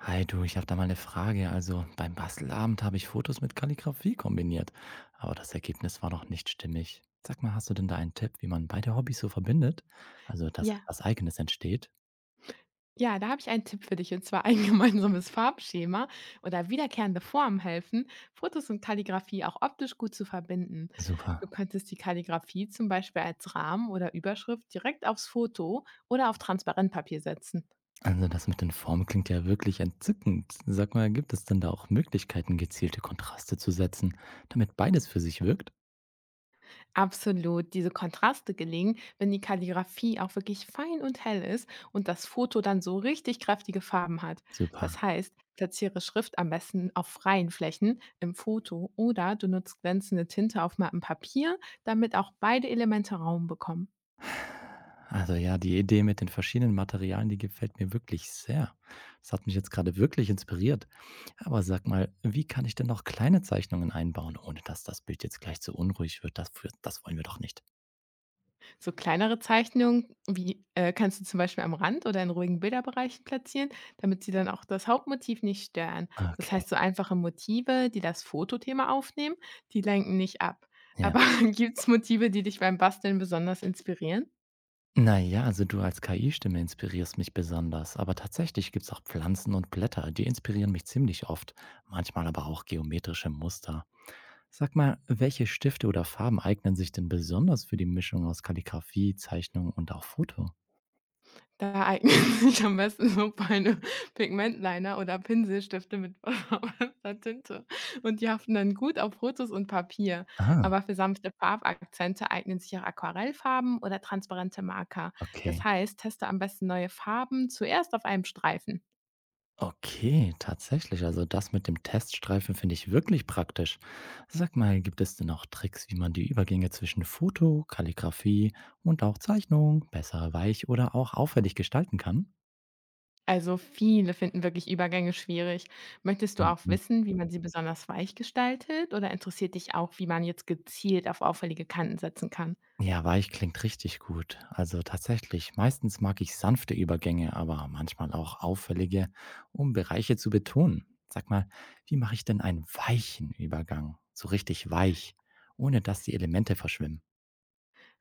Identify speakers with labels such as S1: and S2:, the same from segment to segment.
S1: Hi du, ich habe da mal eine Frage. Also beim Bastelabend habe ich Fotos mit Kalligrafie kombiniert, aber das Ergebnis war noch nicht stimmig. Sag mal, hast du denn da einen Tipp, wie man beide Hobbys so verbindet? Also, dass
S2: Ja,
S1: etwas Eigenes entsteht?
S2: ja, da habe ich einen Tipp für dich und zwar ein gemeinsames Farbschema oder wiederkehrende Formen helfen, Fotos und Kalligrafie auch optisch gut zu verbinden.
S1: Super.
S2: Du könntest die Kalligrafie zum Beispiel als Rahmen oder Überschrift direkt aufs Foto oder auf Transparentpapier setzen.
S1: Also das mit den Formen klingt ja wirklich entzückend. Sag mal, gibt es denn da auch Möglichkeiten, gezielte Kontraste zu setzen, damit beides für sich wirkt?
S2: Absolut. Diese Kontraste gelingen, wenn die Kalligraphie auch wirklich fein und hell ist und das Foto dann so richtig kräftige Farben hat.
S1: Super.
S2: Das heißt, platziere Schrift am besten auf freien Flächen im Foto oder du nutzt glänzende Tinte auf mattem Papier, damit auch beide Elemente Raum bekommen.
S1: Also ja, die Idee mit den verschiedenen Materialien, die gefällt mir wirklich sehr. Das hat mich jetzt gerade wirklich inspiriert. Aber sag mal, wie kann ich denn noch kleine Zeichnungen einbauen, ohne dass das Bild jetzt gleich zu unruhig wird? Das wollen wir doch nicht.
S2: So kleinere Zeichnungen, wie kannst du zum Beispiel am Rand oder in ruhigen Bilderbereichen platzieren, damit sie dann auch das Hauptmotiv nicht stören. Das
S1: Okay,
S2: heißt, so einfache Motive, die das Fotothema aufnehmen, die lenken nicht ab.
S1: ja.
S2: Aber gibt es Motive, die dich beim Basteln besonders inspirieren?
S1: Naja, also du als KI-Stimme inspirierst mich besonders, aber tatsächlich gibt es auch Pflanzen und Blätter, die inspirieren mich ziemlich oft, manchmal aber auch geometrische Muster. Sag mal, welche Stifte oder Farben eignen sich denn besonders für die Mischung aus Kalligrafie, Zeichnung und auch Foto?
S2: Da eignen sich am besten so feine Pigmentliner oder Pinselstifte mit verfaulenster Tinte und die haften dann gut auf Fotos und Papier.
S1: Ah,
S2: Aber für sanfte Farbakzente eignen sich auch Aquarellfarben oder transparente Marker. Das
S1: okay.
S2: heißt, teste am besten neue Farben zuerst auf einem Streifen.
S1: Okay, tatsächlich. Also das mit dem Teststreifen finde ich wirklich praktisch. Sag mal, gibt es denn auch Tricks, wie man die Übergänge zwischen Foto, Kalligrafie und auch Zeichnung besser weich oder auch auffällig gestalten kann?
S2: Also viele finden wirklich Übergänge schwierig. Möchtest du auch
S1: Mhm.
S2: wissen, wie man sie besonders weich gestaltet oder interessiert dich auch, wie man jetzt gezielt auf auffällige Kanten setzen kann?
S1: Ja, weich klingt richtig gut. Also tatsächlich, meistens mag ich sanfte Übergänge, aber manchmal auch auffällige, um Bereiche zu betonen. Sag mal, wie mache ich denn einen weichen Übergang? So richtig weich, ohne dass die Elemente verschwimmen.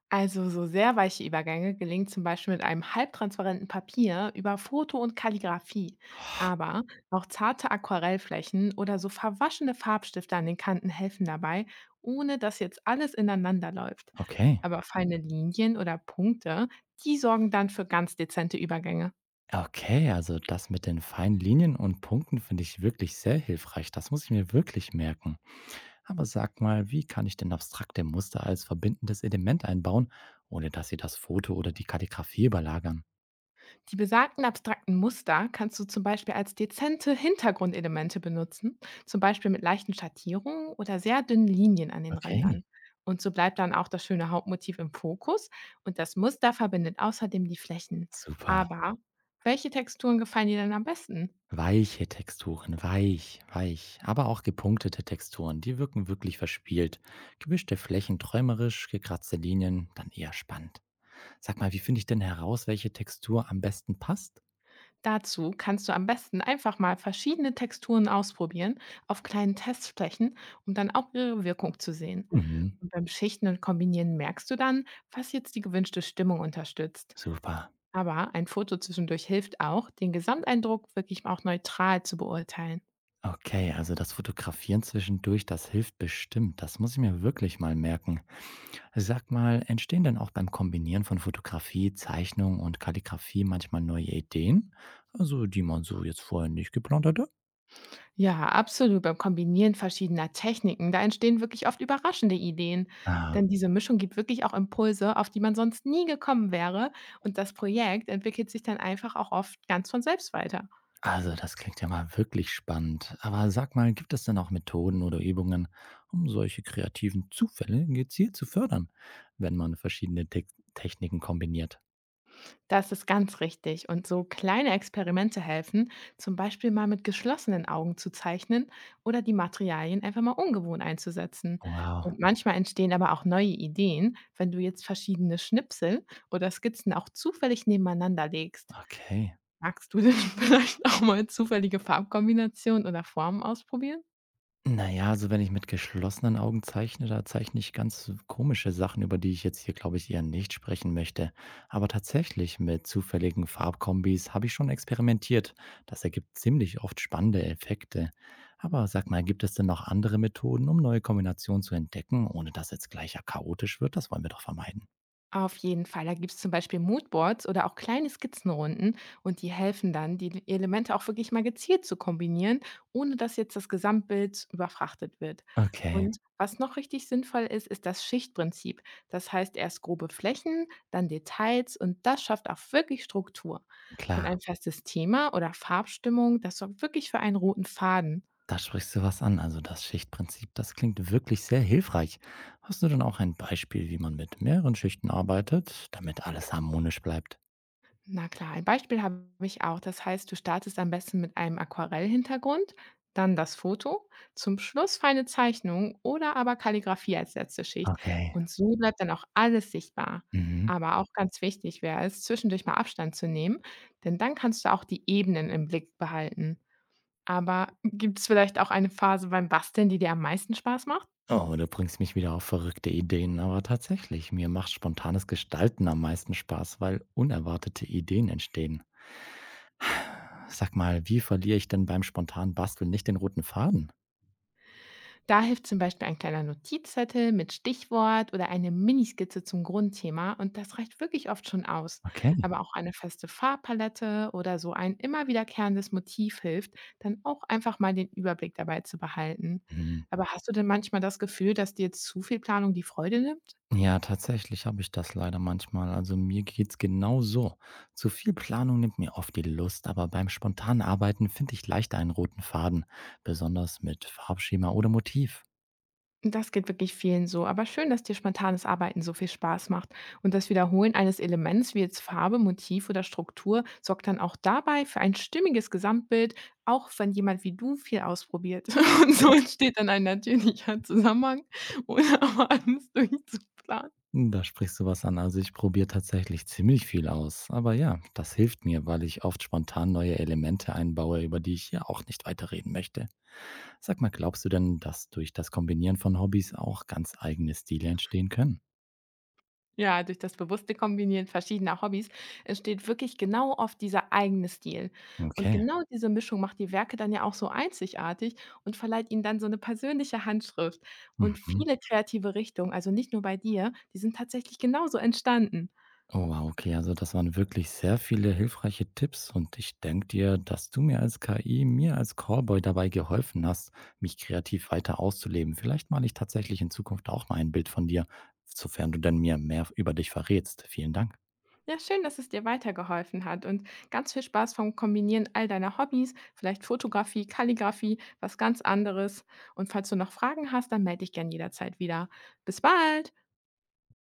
S2: Also so sehr weiche Übergänge gelingen zum Beispiel mit einem halbtransparenten Papier über Foto und Kalligraphie. Aber auch zarte Aquarellflächen oder so verwaschene Farbstifte an den Kanten helfen dabei, ohne dass jetzt alles ineinander läuft.
S1: Okay.
S2: Aber feine Linien oder Punkte, die sorgen dann für ganz dezente Übergänge.
S1: Okay, also das mit den feinen Linien und Punkten finde ich wirklich sehr hilfreich. Das muss ich mir wirklich merken. Aber sag mal, wie kann ich denn abstrakte Muster als verbindendes Element einbauen, ohne dass sie das Foto oder die Kalligrafie überlagern?
S2: Die besagten abstrakten Muster kannst du zum Beispiel als dezente Hintergrundelemente benutzen, zum Beispiel mit leichten Schattierungen oder sehr dünnen Linien an den
S1: Okay,
S2: Rändern. Und so bleibt dann auch das schöne Hauptmotiv im Fokus und das Muster verbindet außerdem die Flächen.
S1: super.
S2: Aber welche Texturen gefallen dir denn am besten?
S1: Weiche Texturen, weich, weich, aber auch gepunktete Texturen, die wirken wirklich verspielt. Gewischte Flächen träumerisch, gekratzte Linien dann eher spannend. Sag mal, wie finde ich denn heraus, welche Textur am besten passt?
S2: Dazu kannst du am besten einfach mal verschiedene Texturen ausprobieren auf kleinen Testflächen, um dann auch ihre Wirkung zu sehen.
S1: Mhm,
S2: Und beim Schichten und Kombinieren merkst du dann, was jetzt die gewünschte Stimmung unterstützt.
S1: super.
S2: Aber ein Foto zwischendurch hilft auch, den Gesamteindruck wirklich auch neutral zu beurteilen.
S1: Okay, also das Fotografieren zwischendurch, das hilft bestimmt. Das muss ich mir wirklich mal merken. Sag mal, entstehen denn auch beim Kombinieren von Fotografie, Zeichnung und Kalligrafie manchmal neue Ideen? Also, die man so jetzt vorher nicht geplant hatte?
S2: Ja, absolut. Beim Kombinieren verschiedener Techniken, da entstehen wirklich oft überraschende Ideen.
S1: Ah,
S2: Denn diese Mischung gibt wirklich auch Impulse, auf die man sonst nie gekommen wäre. Und das Projekt entwickelt sich dann einfach auch oft ganz von selbst weiter.
S1: also das klingt ja mal wirklich spannend. Aber sag mal, gibt es denn auch Methoden oder Übungen, um solche kreativen Zufälle gezielt zu fördern, wenn man verschiedene Te Techniken kombiniert?
S2: Das ist ganz richtig. Und so kleine Experimente helfen, zum Beispiel mal mit geschlossenen Augen zu zeichnen oder die Materialien einfach mal ungewohnt einzusetzen.
S1: Wow,
S2: Und manchmal entstehen aber auch neue Ideen, wenn du jetzt verschiedene Schnipsel oder Skizzen auch zufällig nebeneinander legst.
S1: okay.
S2: Magst du denn vielleicht auch mal zufällige Farbkombinationen oder Formen ausprobieren?
S1: Na ja, also wenn ich mit geschlossenen Augen zeichne, da zeichne ich ganz komische Sachen, über die ich jetzt hier, glaube ich, eher nicht sprechen möchte. Aber tatsächlich mit zufälligen Farbkombis habe ich schon experimentiert. Das ergibt ziemlich oft spannende Effekte. Aber sag mal, gibt es denn noch andere Methoden, um neue Kombinationen zu entdecken, ohne dass jetzt gleich ja chaotisch wird? Das wollen wir doch vermeiden.
S2: Auf jeden Fall. Da gibt's zum Beispiel Moodboards oder auch kleine Skizzenrunden und die helfen dann, die Elemente auch wirklich mal gezielt zu kombinieren, ohne dass jetzt das Gesamtbild überfrachtet wird.
S1: Okay,
S2: Und was noch richtig sinnvoll ist, ist das Schichtprinzip. Das heißt erst grobe Flächen, dann Details und das schafft auch wirklich Struktur. Und
S1: klar.
S2: ein festes Thema oder Farbstimmung, das sorgt wirklich für einen roten Faden.
S1: Da sprichst du was an. Also das Schichtprinzip, das klingt wirklich sehr hilfreich. Hast du denn auch ein Beispiel, wie man mit mehreren Schichten arbeitet, damit alles harmonisch bleibt?
S2: Na klar, ein Beispiel habe ich auch. Das heißt, du startest am besten mit einem Aquarellhintergrund, dann das Foto, zum Schluss feine Zeichnung oder aber Kalligrafie als letzte Schicht.
S1: Okay.
S2: Und so bleibt dann auch alles sichtbar.
S1: Mhm.
S2: Aber auch ganz wichtig wäre es, zwischendurch mal Abstand zu nehmen, denn dann kannst du auch die Ebenen im Blick behalten. Aber gibt es vielleicht auch eine Phase beim Basteln, die dir am meisten Spaß macht?
S1: Oh, du bringst mich wieder auf verrückte Ideen. Aber tatsächlich, mir macht spontanes Gestalten am meisten Spaß, weil unerwartete Ideen entstehen. Sag mal, wie verliere ich denn beim spontanen Basteln nicht den roten Faden?
S2: Da hilft zum Beispiel ein kleiner Notizzettel mit Stichwort oder eine Miniskizze zum Grundthema und das reicht wirklich oft schon aus.
S1: Okay.
S2: Aber auch eine feste Farbpalette oder so ein immer wiederkehrendes Motiv hilft, dann auch einfach mal den Überblick dabei zu behalten.
S1: Mhm.
S2: Aber hast du denn manchmal das Gefühl, dass dir zu viel Planung die Freude nimmt?
S1: Ja, tatsächlich habe ich das leider manchmal. Also mir geht's genau so. Zu viel Planung nimmt mir oft die Lust, aber beim spontanen Arbeiten finde ich leichter einen roten Faden, besonders mit Farbschema oder Motiv.
S2: Das geht wirklich vielen so. Aber schön, dass dir spontanes Arbeiten so viel Spaß macht. Und das Wiederholen eines Elements wie jetzt Farbe, Motiv oder Struktur sorgt dann auch dabei für ein stimmiges Gesamtbild, auch wenn jemand wie du viel ausprobiert. Und
S1: Okay.
S2: so entsteht dann ein natürlicher Zusammenhang, ohne aber alles durchzuplanen.
S1: Da sprichst du was an. Also ich probiere tatsächlich ziemlich viel aus. Aber ja, das hilft mir, weil ich oft spontan neue Elemente einbaue, über die ich ja auch nicht weiterreden möchte. Sag mal, glaubst du denn, dass durch das Kombinieren von Hobbys auch ganz eigene Stile entstehen können?
S2: Ja, durch das bewusste Kombinieren verschiedener Hobbys entsteht wirklich genau oft dieser eigene Stil. Und
S1: Okay.
S2: genau diese Mischung macht die Werke dann ja auch so einzigartig und verleiht ihnen dann so eine persönliche Handschrift. Und
S1: Mhm.
S2: viele kreative Richtungen, also nicht nur bei dir, die sind tatsächlich genauso entstanden.
S1: Oh wow, okay, also das waren wirklich sehr viele hilfreiche Tipps und ich denke dir, dass du mir als KI, mir als Callboy dabei geholfen hast, mich kreativ weiter auszuleben. Vielleicht male ich tatsächlich in Zukunft auch mal ein Bild von dir, sofern du denn mir mehr über dich verrätst. Vielen Dank.
S2: Ja, schön, dass es dir weitergeholfen hat und ganz viel Spaß vom Kombinieren all deiner Hobbys, vielleicht Fotografie, Kalligrafie, was ganz anderes. Und falls du noch Fragen hast, dann melde dich gern jederzeit wieder. Bis bald.